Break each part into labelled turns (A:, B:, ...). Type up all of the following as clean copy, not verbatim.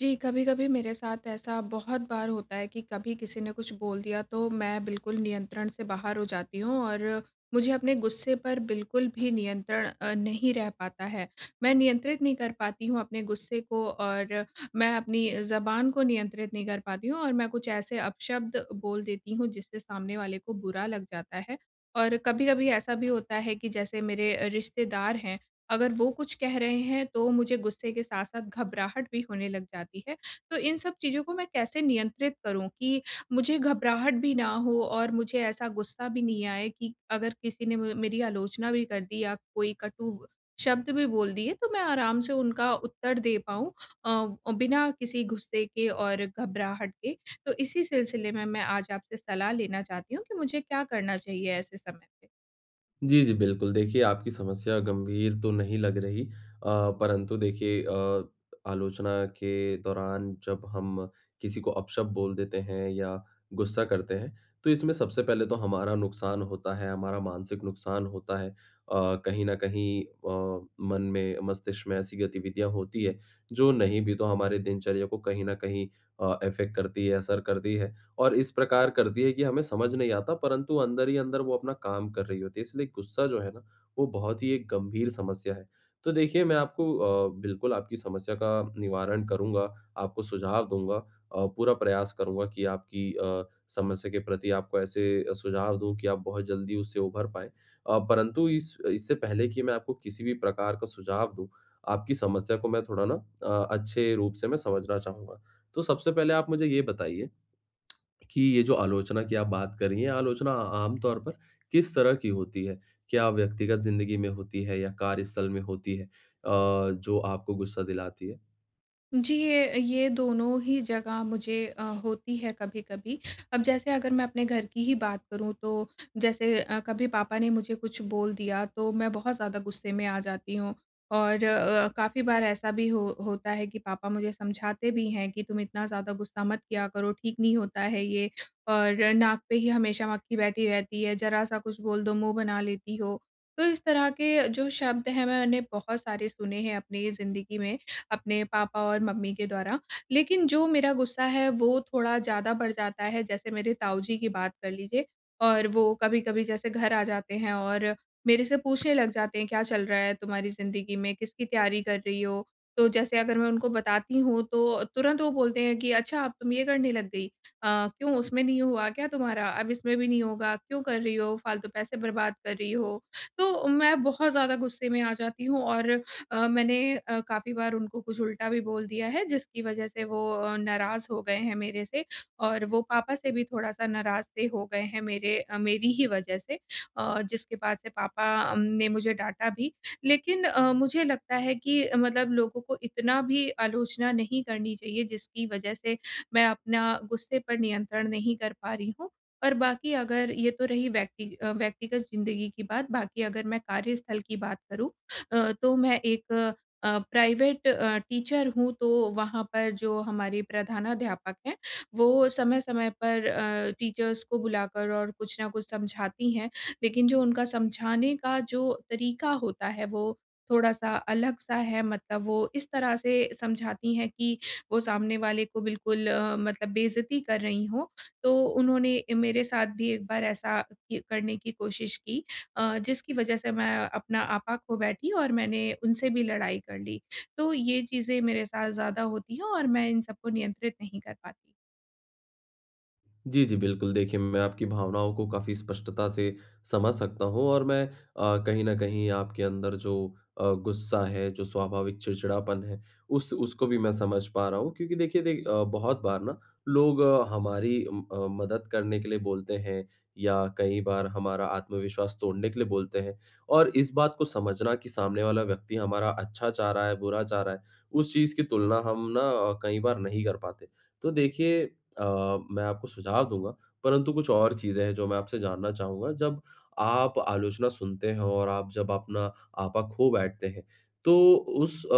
A: जी, कभी-कभी मेरे साथ ऐसा बहुत बार होता है कि कभी किसी ने कुछ बोल दिया तो मैं बिल्कुल नियंत्रण से बाहर हो जाती हूँ और मुझे अपने गुस्से पर बिल्कुल भी नियंत्रण नहीं रह पाता है। मैं नियंत्रित नहीं कर पाती हूँ अपने गुस्से को, और मैं अपनी ज़बान को नियंत्रित नहीं कर पाती हूँ और मैं कुछ ऐसे अपशब्द बोल देती हूँ जिससे सामने वाले को बुरा लग जाता है। और कभी-कभी ऐसा भी होता है कि जैसे मेरे रिश्तेदार हैं, अगर वो कुछ कह रहे हैं तो मुझे गुस्से के साथ-साथ घबराहट भी होने लग जाती है। तो इन सब चीज़ों को मैं कैसे नियंत्रित करूँ कि मुझे घबराहट भी ना हो और मुझे ऐसा गुस्सा भी नहीं आए कि अगर किसी ने म मेरी आलोचना भी कर दी या कोई कटु शब्द भी बोल दिए तो मैं आराम से उनका उत्तर दे पाऊँ, बिना किसी गुस्से के और घबराहट के। तो इसी सिलसिले में मैं आज आपसे सलाह लेना चाहती हूँ कि मुझे क्या करना चाहिए ऐसे समय पे?
B: जी, जी, बिल्कुल। देखिए, आपकी समस्या गंभीर तो नहीं लग रही। परंतु देखिए, आलोचना के दौरान जब हम किसी को अपशब्द बोल देते हैं या गुस्सा करते हैं, तो इसमें सबसे पहले तो हमारा नुकसान होता है, हमारा मानसिक नुकसान होता है। कहीं न कहीं मन में, मस्तिष्क में ऐसी गतिविधियाँ होती हैं, जो नहीं भी तो हमारे दिनचर्या को कहीं न कहीं इफ़ेक्ट करती है, असर करती है। और इस प्रकार करती है कि हमें समझ नहीं आता, परंतु अंदर ही अंदर वो अपना काम कर रही होती है। इसलिए गुस्सा जो है ना, वो बहुत ही एक गंभीर समस्या है। तो देखिए, मैं आपको बिल्कुल आपकी समस्या का निवारण करूँगा, आपको सुझाव दूँगा, पूरा प्रयास करूँगा कि आपकी समस्या के प्रति आपको ऐसे सुझाव दूँ कि आप बहुत जल्दी उससे उभर पाएँ। परंतु इस इससे पहले कि मैं आपको किसी भी प्रकार का सुझाव दूँ, आपकी समस्या को मैं थोड़ा ना अच्छे रूप से मैं समझना चाहूँगा। तो सबसे पहले आप मुझे ये बताइए कि ये जो आलोचना की आप बात कर रही हैं, आलोचना आम तौर पर किस तरह की होती है? क्या व्यक्तिगत ज़िंदगी में होती है या कार्यस्थल में होती है, जो आपको गुस्सा दिलाती है?
A: जी, ये दोनों ही जगह मुझे होती है, कभी-कभी। अब जैसे अगर मैं अपने घर की ही बात करूँ, तो जैसे, कभी पापा ने मुझे कुछ बोल दिया तो मैं बहुत ज़्यादा गुस्से में आ जाती हूँ, और काफ़ी बार ऐसा भी हो होता है कि पापा मुझे समझाते भी हैं कि तुम इतना ज़्यादा गुस्सा मत किया करो, ठीक नहीं होता है ये, और नाक पे ही हमेशा मक्खी बैठी रहती है, ज़रा-सा कुछ बोल दो मुँह बना लेती हो। तो इस तरह के जो शब्द हैं, मैंने बहुत सारे सुने हैं अपनी ज़िंदगी में, अपने पापा और मम्मी के द्वारा। लेकिन जो मेरा गुस्सा है वो थोड़ा ज़्यादा बढ़ जाता है। जैसे मेरे ताऊ जी की बात कर लीजिए, और वो कभी-कभी जैसे घर आ जाते हैं और मेरे से पूछने लग जाते हैं, "क्या चल रहा है तुम्हारी ज़िंदगी में? किसकी तैयारी कर रही हो?" तो जैसे अगर मैं उनको बताती हूँ तो तुरंत वो बोलते हैं कि, "अच्छा, अब तुम ये करने लग गई। अ, क्यों, उसमें नहीं हुआ क्या तुम्हारा? अब इसमें भी नहीं होगा। क्यों कर रही हो? फालतू पैसे बर्बाद कर रही हो।" तो मैं बहुत ज़्यादा गुस्से में आ जाती हूँ, और मैंने काफ़ी बार उनको कुछ उल्टा भी बोल दिया है, जिसकी वजह से वो नाराज़ हो गए हैं मेरे से, और वो पापा से भी थोड़ा-सा नाराज़ से हो गए हैं मेरे, मेरी ही वजह से, जिसके बाद से पापा ने मुझे डाँटा भी। लेकिन मुझे लगता है कि मतलब लोगों को इतना भी आलोचना नहीं करनी चाहिए, जिसकी वजह से मैं अपना गुस्से पर नियंत्रण नहीं कर पा रही हूँ। और बाकी, अगर ये तो रही व्यक्तिगत ज़िंदगी की बात, बाकी अगर मैं कार्यस्थल की बात करूँ, तो मैं एक प्राइवेट टीचर हूँ। तो वहाँ पर जो हमारे प्रधानाध्यापक हैं, वो समय-समय पर टीचर्स को बुलाकर और कुछ ना कुछ समझाती हैं। लेकिन जो उनका समझाने का जो तरीका होता है, वो थोड़ा-सा अलग-सा है। मतलब वो इस तरह से समझाती हैं कि वो सामने वाले को बिल्कुल, मतलब, बेइज़्ज़ती कर रही हों। तो उन्होंने मेरे साथ भी एक बार ऐसा कि करने की कोशिश की, जिसकी वजह से मैं अपना आपा खो बैठी और मैंने उनसे भी लड़ाई कर ली। तो ये चीज़ें मेरे साथ ज़्यादा होती हैं और मैं इन सबको नियंत्रित नहीं कर पाती।
B: जी, जी, बिल्कुल। देखिए, मैं आपकी भावनाओं को काफ़ी स्पष्टता से समझ सकता हूँ, और मैं कहीं न कहीं आपके अंदर जो गुस्सा है, जो स्वाभाविक चिड़चिड़ापन है, उस उसको भी मैं समझ पा रहा हूँ, क्योंकि देखिए बहुत बार ना लोग हमारी मदद करने के लिए बोलते हैं, या कई बार हमारा आत्मविश्वास तोड़ने के लिए बोलते हैं। और इस बात को समझना कि सामने वाला व्यक्ति हमारा अच्छा चाह रहा है, बुरा चाह रहा है, उस चीज़ की तुलना हम ना कई बार नहीं कर पाते। तो देखिए, अ, मैं आपको सुझाव दूँगा, परंतु कुछ और चीज़ें हैं जो मैं आपसे जानना चाहूँगा। जब आप आलोचना सुनते हैं और आप जब अपना आपा खो बैठते हैं, तो उस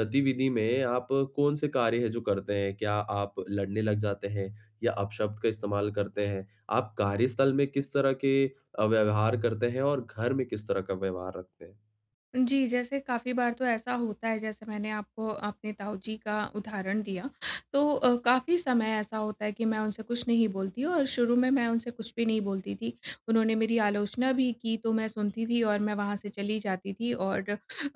B: गतिविधि में आप कौन से कार्य हैं जो करते हैं? क्या आप लड़ने लग जाते हैं या अपशब्द का इस्तेमाल करते हैं? आप कार्यस्थल में किस तरह के व्यवहार करते हैं और घर में किस तरह का व्यवहार रखते हैं?
A: जी, जैसे काफ़ी बार तो ऐसा होता है, जैसे मैंने आपको अपने ताऊजी का उदाहरण दिया, तो काफ़ी समय ऐसा होता है कि मैं उनसे कुछ नहीं बोलती, और शुरू में मैं उनसे कुछ भी नहीं बोलती थी। उन्होंने मेरी आलोचना भी की, तो मैं सुनती थी और मैं वहाँ से चली जाती थी, और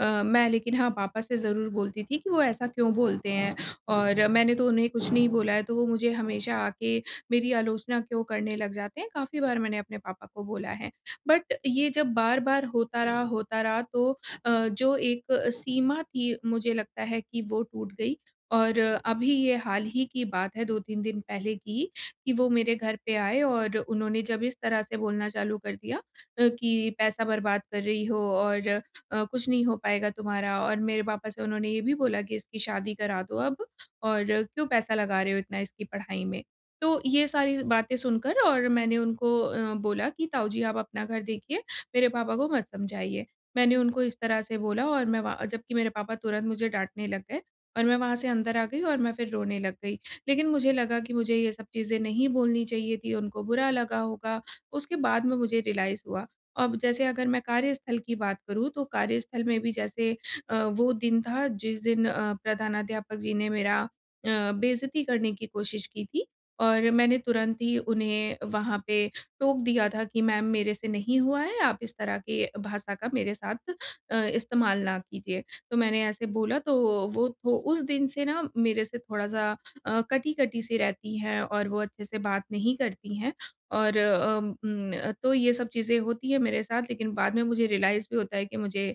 A: मैं, लेकिन हाँ, पापा से ज़रूर बोलती थी कि वो ऐसा क्यों बोलते हैं, और मैंने तो उन्हें कुछ नहीं बोला है, तो वो मुझे हमेशा आके मेरी आलोचना क्यों करने लग जाते हैं, काफ़ी बार मैंने अपने पापा को बोला है। बट ये जब बार-बार होता रहा, तो जो एक सीमा थी, मुझे लगता है कि वो टूट गई। और अभी ये हाल ही की बात है, 2-3 दिन पहले की, कि वो मेरे घर पे आए और उन्होंने जब इस तरह से बोलना चालू कर दिया, कि पैसा बर्बाद कर रही हो और कुछ नहीं हो पाएगा तुम्हारा, और मेरे पापा से उन्होंने ये भी बोला कि इसकी शादी करा दो अब, और क्यों पैसा लगा रहे हो इतना इसकी पढ़ाई में। तो ये सारी बातें सुनकर, और मैंने उनको बोला कि ताऊ जी, आप अपना घर देखिए, मेरे पापा को मत समझाइए। मैंने उनको इस तरह से बोला, और मैं वहाँ, जबकि मेरे पापा तुरंत मुझे डाँटने लग गए, और मैं वहाँ से अंदर आ गई और मैं फिर रोने लग गई। लेकिन मुझे लगा कि मुझे ये सब चीज़ें नहीं बोलनी चाहिए थी, उनको बुरा लगा होगा; उसके बाद में मुझे रियलाइज़ हुआ। अब जैसे अगर मैं कार्यस्थल की बात करूँ, तो कार्यस्थल में भी, जैसे, वो दिन था जिस दिन प्रधानाध्यापक जी ने मेरा बेइज़्ज़ती करने की कोशिश की थी, और मैंने तुरंत ही उन्हें वहाँ पे टोक दिया था कि मैम, मेरे से नहीं हुआ है, आप इस तरह के भाषा का मेरे साथ इस्तेमाल ना कीजिए। तो मैंने ऐसे बोला, तो वो थो उस दिन से ना मेरे से थोड़ा-सा कटी-कटी सी रहती हैं और वो अच्छे से बात नहीं करती हैं। और तो ये सब चीज़ें होती हैं मेरे साथ, लेकिन बाद में मुझे रियलाइज़ भी होता है कि मुझे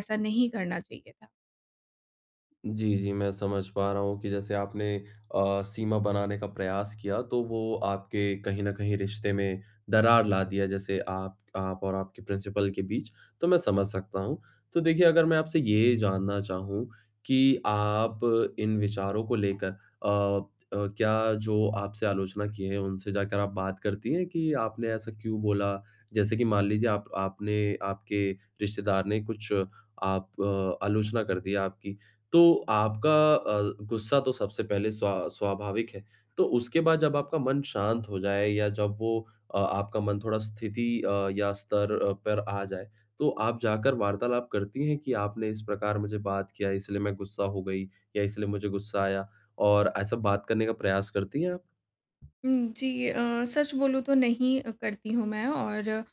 A: ऐसा नहीं करना चाहिए था।
B: जी, जी, मैं समझ पा रहा हूँ कि जैसे आपने सीमा बनाने का प्रयास किया, तो वो आपके कहीं न कहीं रिश्ते में दरार ला दिया, जैसे आप और आपके प्रिंसिपल के बीच, तो मैं समझ सकता हूँ। तो देखिए, अगर मैं आपसे ये जानना चाहूँ कि आप इन विचारों को लेकर क्या जो आपसे आलोचना की है, उनसे जाकर आप बात करती हैं कि आपने ऐसा क्यों बोला? जैसे कि मान लीजिए आप आपने आपके रिश्तेदार ने कुछ आप आलोचना कर दी आपकी, तो आपका गुस्सा तो सबसे पहले स्वाभाविक है। तो उसके बाद जब आपका मन शांत हो जाए, या जब वो आपका मन थोड़ा स्थिति या स्तर पर आ जाए, तो आप जाकर वार्तालाप करती हैं कि आपने इस प्रकार मुझे बात किया, इसलिए मैं गुस्सा हो गई, या इसलिए मुझे गुस्सा आया, और ऐसा बात करने का प्रयास करती हैं आप?
A: जी, सच बोलूँ तो नहीं करती हूँ मैं, और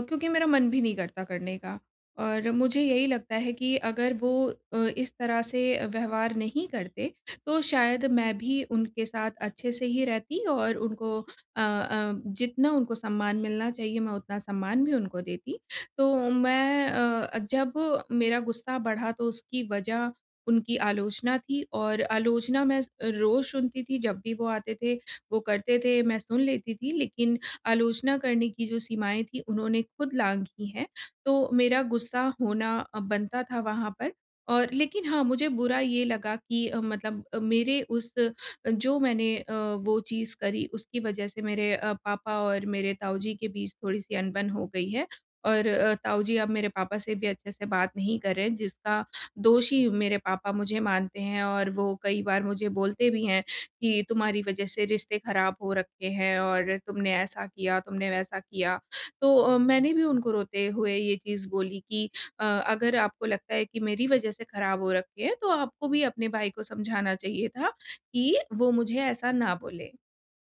A: क्योंकि मेरा मन भी नहीं करता करने का, और मुझे यही लगता है कि अगर वो अ, इस तरह से व्यवहार नहीं करते, तो शायद मैं भी उनके साथ अच्छे से ही रहती, और उनको, जितना उनको सम्मान मिलना चाहिए, मैं उतना सम्मान भी उनको देती। तो मैं, जब मेरा गुस्सा बढ़ा तो उसकी वजह उनकी आलोचना थी, और आलोचना मैं रोज़ सुनती थी, जब भी वो आते थे वो करते थे, मैं सुन लेती थी, लेकिन आलोचना करने की जो सीमाएँ थी, उन्होंने खुद लाँघी हैं। तो मेरा गुस्सा होना बनता था वहाँ पर। और लेकिन हाँ, मुझे बुरा ये लगा कि, मतलब, मेरे उस, जो मैंने वो चीज़ करी, उसकी वजह से मेरे पापा और मेरे ताऊजी के बीच थोड़ी-सी अनबन हो गई है, और ताऊजी अब मेरे पापा से भी अच्छे से बात नहीं कर रहे हैं, जिसका दोषी मेरे पापा मुझे मानते हैं, और वो कई बार मुझे बोलते भी हैं कि तुम्हारी वजह से रिश्ते ख़राब हो रखे हैं, और तुमने ऐसा किया, तुमने वैसा किया। तो मैंने भी उनको रोते हुए ये चीज़ बोली कि, अगर आपको लगता है कि मेरी वजह से ख़राब हो रखे हैं, तो आपको भी अपने भाई को समझाना चाहिए था कि वो मुझे ऐसा ना बोले।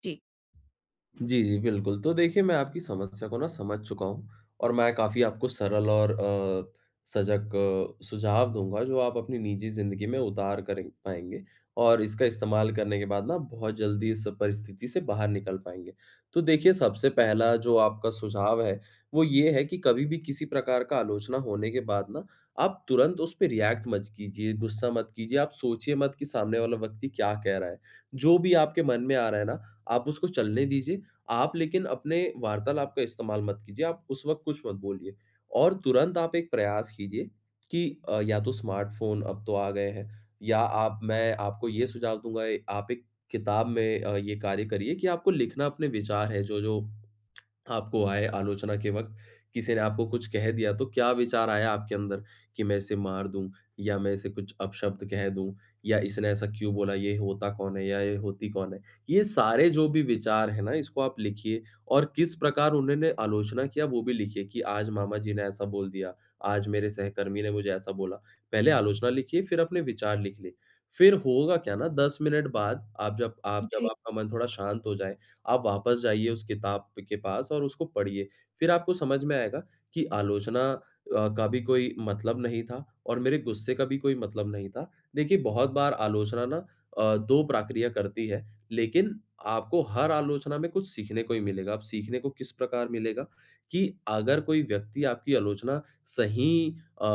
A: जी।
B: जी, जी, बिल्कुल। तो देखिए, मैं आपकी समस्या को ना समझ चुका हूँ, और मैं काफ़ी आपको सरल और सजग सुझाव दूँगा जो आप अपनी निजी ज़िंदगी में उतार करें पाएँगे, और इसका इस्तेमाल करने के बाद ना बहुत जल्दी इस परिस्थिति से बाहर निकल पाएँगे। तो देखिए, सबसे पहला जो आपका सुझाव है, वो ये है कि कभी भी किसी प्रकार का आलोचना होने के बाद ना, आप तुरंत उस पे रिएक्ट मत कीजिए, गुस्सा मत कीजिए, आप सोचिए मत कि सामने वाला व्यक्ति क्या कह रहा है। जो भी आपके मन में आ रहा है ना, आप उसको चलने दीजिए, आप लेकिन अपने वार्तालाप का इस्तेमाल मत कीजिए, आप उस वक़्त कुछ मत बोलिए, और तुरंत आप एक प्रयास कीजिए कि या तो स्मार्टफ़ोन अब तो आ गए हैं, या आप, मैं आपको ये सुझाव दूँगा, आप एक किताब में ये कार्य करिए कि आपको लिखना अपने विचार है जो-जो आपको आए आलोचना के वक़्त, किसी ने आपको कुछ कह दिया तो क्या विचार आया आपके अंदर कि मैं इसे मार दूँ, या मैं इसे कुछ अपशब्द कह दूँ, या इसने ऐसा क्यों बोला, ये होता कौन है या ये होती कौन है? ये सारे जो भी विचार हैं ना, इसको आप लिखिए, और किस प्रकार उन्होंने आलोचना किया वो भी लिखिए कि आज मामा जी ने ऐसा बोल दिया, आज मेरे सहकर्मी ने मुझे ऐसा बोला। पहले आलोचना लिखिए, फिर अपने विचार लिख लें। फिर होगा क्या ना, 10 मिनट बाद, आप जब
A: जी।
B: आपका मन थोड़ा शांत हो जाए, आप वापस जाइए उस किताब के पास और उसको पढ़िए। फिर आपको समझ में आएगा कि आलोचना का भी कोई मतलब नहीं था, और मेरे गुस्से का भी कोई मतलब नहीं था। देखिए, बहुत बार आलोचना ना 2 प्रक्रिया करती है, लेकिन आपको हर आलोचना में कुछ सीखने को ही मिलेगा। अब सीखने को किस प्रकार मिलेगा कि अगर कोई व्यक्ति आपकी आलोचना सही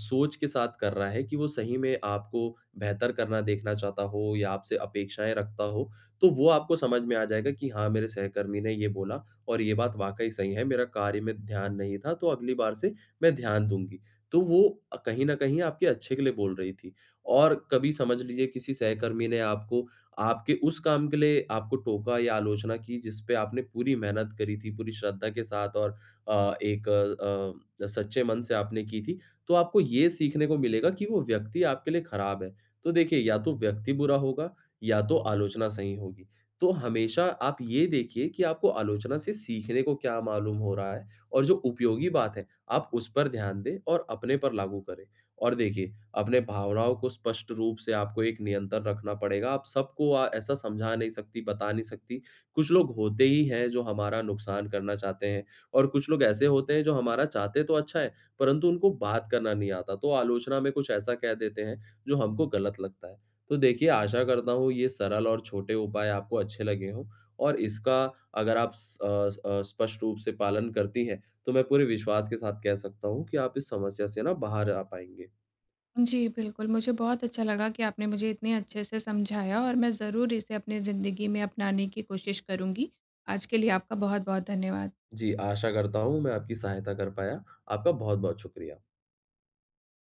B: सोच के साथ कर रहा है कि वो सही में आपको बेहतर करना देखना चाहता हो, या आपसे अपेक्षाएँ रखता हो, तो वो आपको समझ में आ जाएगा कि हाँ, मेरे सहकर्मी ने ये बोला और ये बात वाक़ई सही है, मेरा कार्य में ध्यान नहीं था, तो अगली बार से मैं ध्यान दूँगी। तो वो कहीं न कहीं आपके अच्छे के लिए बोल रही थी। और कभी समझ लीजिए किसी सहकर्मी ने आपको आपके उस काम के लिए आपको टोका या आलोचना की जिस पे आपने पूरी मेहनत करी थी, पूरी श्रद्धा के साथ, और एक सच्चे मन से आपने की थी, तो आपको ये सीखने को मिलेगा कि वो व्यक्ति आपके लिए खराब है। तो देखिए, या तो व्यक्ति बुरा होगा, या तो आलोचना सही होगी। तो हमेशा आप ये देखिए कि आपको आलोचना से सीखने को क्या मालूम हो रहा है, और जो उपयोगी बात है, आप उस पर ध्यान दें और अपने पर लागू करें। और देखिए, अपने भावनाओं को स्पष्ट रूप से आपको एक नियंत्रण रखना पड़ेगा। आप सबको ऐसा समझा नहीं सकती, बता नहीं सकती। कुछ लोग होते ही हैं जो हमारा नुकसान करना चाहते हैं, और कुछ लोग ऐसे होते हैं जो हमारा चाहते तो अच्छा है, परंतु उनको बात करना नहीं आता। तो आलोचना में कुछ ऐसा कह देते हैं जो हमको गलत लगता है। तो देखिए, आशा करता हूँ ये सरल और छोटे उपाय आपको अच्छे लगे हों, और इसका अगर आप स्पष्ट रूप से पालन करती हैं, तो मैं पूरे विश्वास के साथ कह सकता हूँ कि आप इस समस्या से ना बाहर आ पाएंगे।
A: जी, बिल्कुल, मुझे बहुत अच्छा लगा कि आपने मुझे इतने अच्छे से समझाया, और मैं ज़रूर इसे अपनी ज़िंदगी में अपनाने की कोशिश करूँगी। आज के लिए आपका बहुत-बहुत धन्यवाद।
B: जी, आशा करता हूँ मैं आपकी सहायता कर पाया। आपका बहुत बहुत शुक्रिया।